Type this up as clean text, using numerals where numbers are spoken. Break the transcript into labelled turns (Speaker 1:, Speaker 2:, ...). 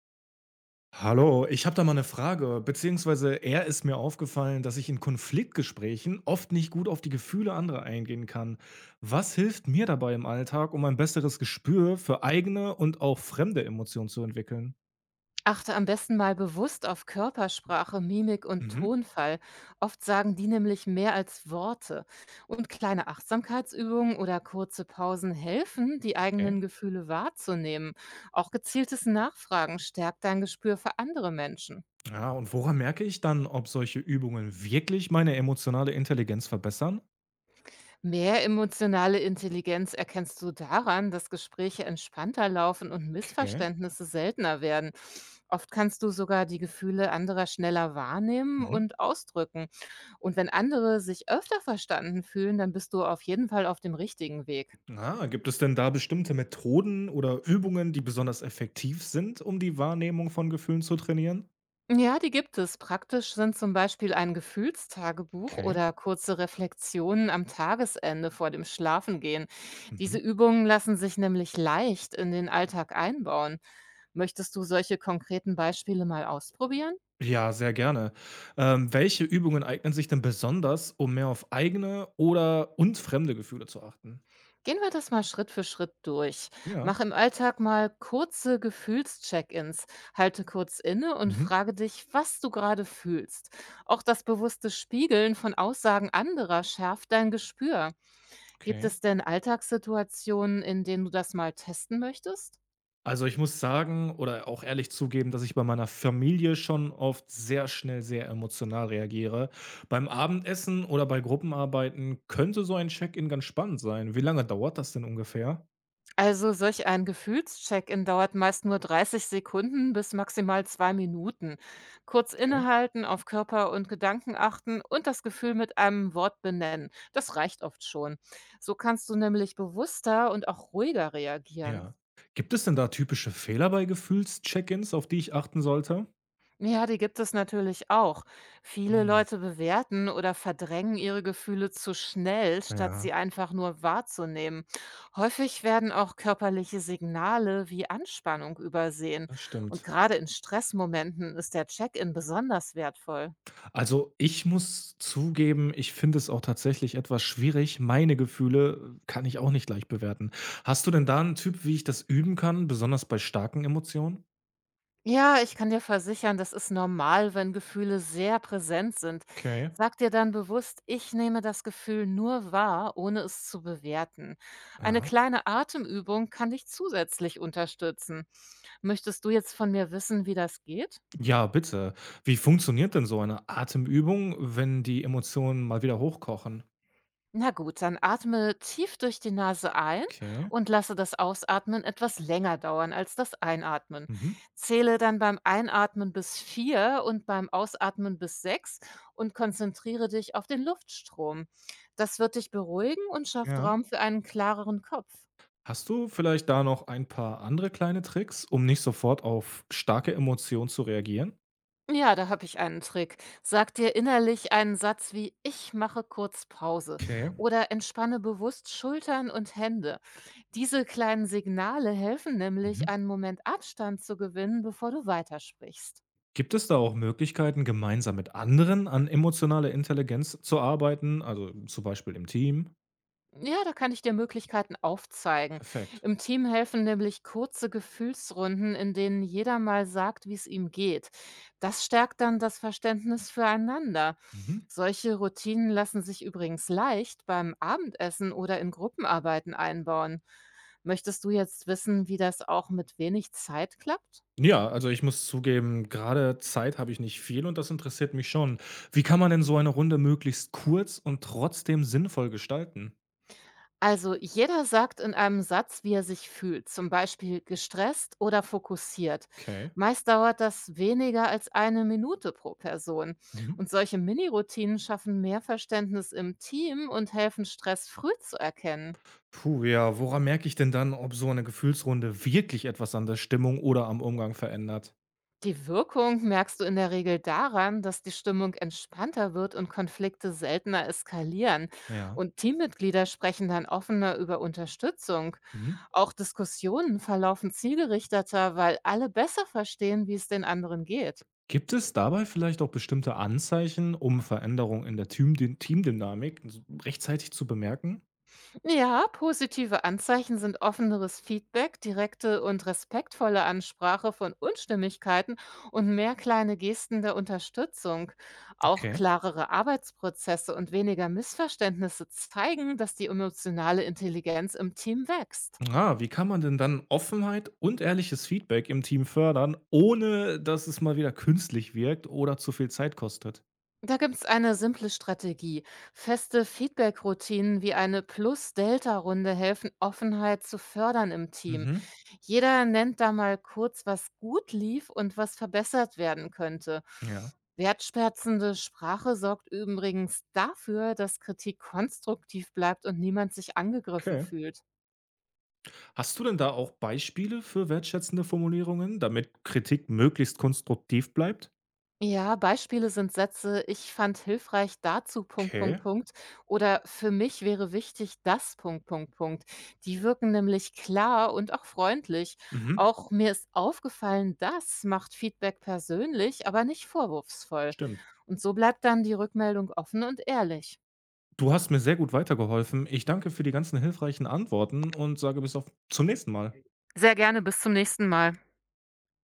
Speaker 1: Hallo, ich habe da mal eine Frage, beziehungsweise eher ist mir aufgefallen, dass ich in Konfliktgesprächen oft nicht gut auf die Gefühle anderer eingehen kann. Was hilft mir dabei im Alltag, um ein besseres Gespür für eigene und auch fremde Emotionen zu entwickeln?
Speaker 2: Achte am besten mal bewusst auf Körpersprache, Mimik und
Speaker 1: Mhm,
Speaker 2: Tonfall. Oft sagen die nämlich mehr als Worte. Und kleine Achtsamkeitsübungen oder kurze Pausen helfen, die
Speaker 1: okay.
Speaker 2: eigenen Gefühle wahrzunehmen. Auch gezieltes Nachfragen stärkt dein Gespür für andere Menschen.
Speaker 1: Ja, und woran merke ich dann, ob solche Übungen wirklich meine emotionale Intelligenz verbessern?
Speaker 2: Mehr emotionale Intelligenz erkennst du daran, dass Gespräche entspannter laufen und
Speaker 1: Okay.
Speaker 2: Missverständnisse seltener werden. Oft kannst du sogar die Gefühle anderer schneller wahrnehmen
Speaker 1: Mhm.
Speaker 2: und ausdrücken. Und wenn andere sich öfter verstanden fühlen, dann bist du auf jeden Fall auf dem richtigen Weg.
Speaker 1: Ah, gibt es denn da bestimmte Methoden oder Übungen, die besonders effektiv sind, um die Wahrnehmung von Gefühlen zu trainieren?
Speaker 2: Ja, die gibt es. Praktisch sind zum Beispiel ein Gefühlstagebuch
Speaker 1: Okay.
Speaker 2: oder kurze Reflexionen am Tagesende vor dem Schlafengehen. Diese
Speaker 1: Mhm.
Speaker 2: Übungen lassen sich nämlich leicht in den Alltag einbauen. Möchtest du solche konkreten Beispiele mal ausprobieren?
Speaker 1: Ja, sehr gerne. Welche Übungen eignen sich denn besonders, um mehr auf eigene oder und fremde Gefühle zu achten?
Speaker 2: Gehen wir das mal Schritt für Schritt durch.
Speaker 1: Ja.
Speaker 2: Mach im Alltag mal kurze Gefühlscheck-ins. Halte kurz inne und
Speaker 1: Mhm.
Speaker 2: frage dich, was du gerade fühlst. Auch das bewusste Spiegeln von Aussagen anderer schärft dein Gespür. Gibt
Speaker 1: Okay.
Speaker 2: es denn Alltagssituationen, in denen du das mal testen möchtest?
Speaker 1: Also ich muss sagen oder auch ehrlich zugeben, dass ich bei meiner Familie schon oft sehr schnell sehr emotional reagiere. Beim Abendessen oder bei Gruppenarbeiten könnte so ein Check-in ganz spannend sein. Wie lange dauert das denn ungefähr?
Speaker 2: Also solch ein Gefühlscheck-in dauert meist nur 30 Sekunden bis maximal 2 Minuten. Kurz
Speaker 1: Okay.
Speaker 2: innehalten, auf Körper und Gedanken achten und das Gefühl mit einem Wort benennen. Das reicht oft schon. So kannst du nämlich bewusster und auch ruhiger reagieren.
Speaker 1: Ja. Gibt es denn da typische Fehler bei Gefühls-Check-ins, auf die ich achten sollte?
Speaker 2: Ja, die gibt es natürlich auch. Viele
Speaker 1: Hm.
Speaker 2: Leute bewerten oder verdrängen ihre Gefühle zu schnell, statt
Speaker 1: Ja.
Speaker 2: sie einfach nur wahrzunehmen. Häufig werden auch körperliche Signale wie Anspannung übersehen.
Speaker 1: Das
Speaker 2: Und
Speaker 1: stimmt.
Speaker 2: gerade in Stressmomenten ist der Check-in besonders wertvoll.
Speaker 1: Also, ich muss zugeben, ich finde es auch tatsächlich etwas schwierig. Meine Gefühle kann ich auch nicht gleich bewerten. Hast du denn da einen Typ, wie ich das üben kann, besonders bei starken Emotionen?
Speaker 2: Ja, ich kann dir versichern, das ist normal, wenn Gefühle sehr präsent sind.
Speaker 1: Okay,
Speaker 2: Sag dir dann bewusst, ich nehme das Gefühl nur wahr, ohne es zu bewerten. Eine
Speaker 1: ja.
Speaker 2: kleine Atemübung kann dich zusätzlich unterstützen. Möchtest du jetzt von mir wissen, wie das geht?
Speaker 1: Ja, bitte. Wie funktioniert denn so eine Atemübung, wenn die Emotionen mal wieder hochkochen?
Speaker 2: Na gut, dann atme tief durch die Nase ein
Speaker 1: Okay.
Speaker 2: und lasse das Ausatmen etwas länger dauern als das Einatmen.
Speaker 1: Mhm.
Speaker 2: Zähle dann beim Einatmen bis 4 und beim Ausatmen bis 6 und konzentriere dich auf den Luftstrom. Das wird dich beruhigen und schafft
Speaker 1: Ja.
Speaker 2: Raum für einen klareren Kopf.
Speaker 1: Hast du vielleicht da noch ein paar andere kleine Tricks, um nicht sofort auf starke Emotionen zu reagieren?
Speaker 2: Ja, da habe ich einen Trick. Sag dir innerlich einen Satz wie Ich mache kurz Pause
Speaker 1: Okay.
Speaker 2: oder entspanne bewusst Schultern und Hände. Diese kleinen Signale helfen nämlich,
Speaker 1: Mhm.
Speaker 2: einen Moment Abstand zu gewinnen, bevor du weitersprichst.
Speaker 1: Gibt es da auch Möglichkeiten, gemeinsam mit anderen an emotionaler Intelligenz zu arbeiten, also zum Beispiel im Team?
Speaker 2: Ja, da kann ich dir Möglichkeiten aufzeigen.
Speaker 1: Perfekt.
Speaker 2: Im Team helfen nämlich kurze Gefühlsrunden, in denen jeder mal sagt, wie es ihm geht. Das stärkt dann das Verständnis füreinander.
Speaker 1: Mhm.
Speaker 2: Solche Routinen lassen sich übrigens leicht beim Abendessen oder in Gruppenarbeiten einbauen. Möchtest du jetzt wissen, wie das auch mit wenig Zeit klappt?
Speaker 1: Ja, also ich muss zugeben, gerade Zeit habe ich nicht viel und das interessiert mich schon. Wie kann man denn so eine Runde möglichst kurz und trotzdem sinnvoll gestalten?
Speaker 2: Also jeder sagt in einem Satz, wie er sich fühlt, zum Beispiel gestresst oder fokussiert.
Speaker 1: Okay.
Speaker 2: Meist dauert das weniger als 1 Minute pro Person.
Speaker 1: Mhm.
Speaker 2: Und solche Mini-Routinen schaffen mehr Verständnis im Team und helfen, Stress früh zu erkennen.
Speaker 1: Puh, ja, woran merke ich denn dann, ob so eine Gefühlsrunde wirklich etwas an der Stimmung oder am Umgang verändert?
Speaker 2: Die Wirkung merkst du in der Regel daran, dass die Stimmung entspannter wird und Konflikte seltener eskalieren.
Speaker 1: Ja.
Speaker 2: Und Teammitglieder sprechen dann offener über Unterstützung.
Speaker 1: Mhm.
Speaker 2: Auch Diskussionen verlaufen zielgerichteter, weil alle besser verstehen, wie es den anderen geht.
Speaker 1: Gibt es dabei vielleicht auch bestimmte Anzeichen, um Veränderungen in der Teamdynamik s rechtzeitig zu bemerken?
Speaker 2: Ja, positive Anzeichen sind offeneres Feedback, direkte und respektvolle Ansprache von Unstimmigkeiten und mehr kleine Gesten der Unterstützung. Auch
Speaker 1: Okay.
Speaker 2: klarere Arbeitsprozesse und weniger Missverständnisse zeigen, dass die emotionale Intelligenz im Team wächst.
Speaker 1: Ah, wie kann man denn dann Offenheit und ehrliches Feedback im Team fördern, ohne dass es mal wieder künstlich wirkt oder zu viel Zeit kostet?
Speaker 2: Da gibt's eine simple Strategie. Feste Feedback-Routinen wie eine Plus-Delta-Runde helfen, Offenheit zu fördern im Team.
Speaker 1: Mhm.
Speaker 2: Jeder nennt da mal kurz, was gut lief und was verbessert werden könnte.
Speaker 1: Ja.
Speaker 2: Wertschätzende Sprache sorgt übrigens dafür, dass Kritik konstruktiv bleibt und niemand sich angegriffen
Speaker 1: Okay.
Speaker 2: fühlt.
Speaker 1: Hast du denn da auch Beispiele für wertschätzende Formulierungen, damit Kritik möglichst konstruktiv bleibt?
Speaker 2: Ja, Beispiele sind Sätze, ich fand hilfreich dazu, Punkt,
Speaker 1: Okay.
Speaker 2: Punkt, Punkt. Oder für mich wäre wichtig das, Punkt, Punkt, Punkt. Die wirken nämlich klar und auch freundlich.
Speaker 1: Mhm.
Speaker 2: Auch mir ist aufgefallen, das macht Feedback persönlich, aber nicht vorwurfsvoll.
Speaker 1: Stimmt.
Speaker 2: Und so bleibt dann die Rückmeldung offen und ehrlich.
Speaker 1: Du hast mir sehr gut weitergeholfen. Ich danke für die ganzen hilfreichen Antworten und sage bis auf zum nächsten Mal.
Speaker 2: Sehr gerne, bis zum nächsten Mal.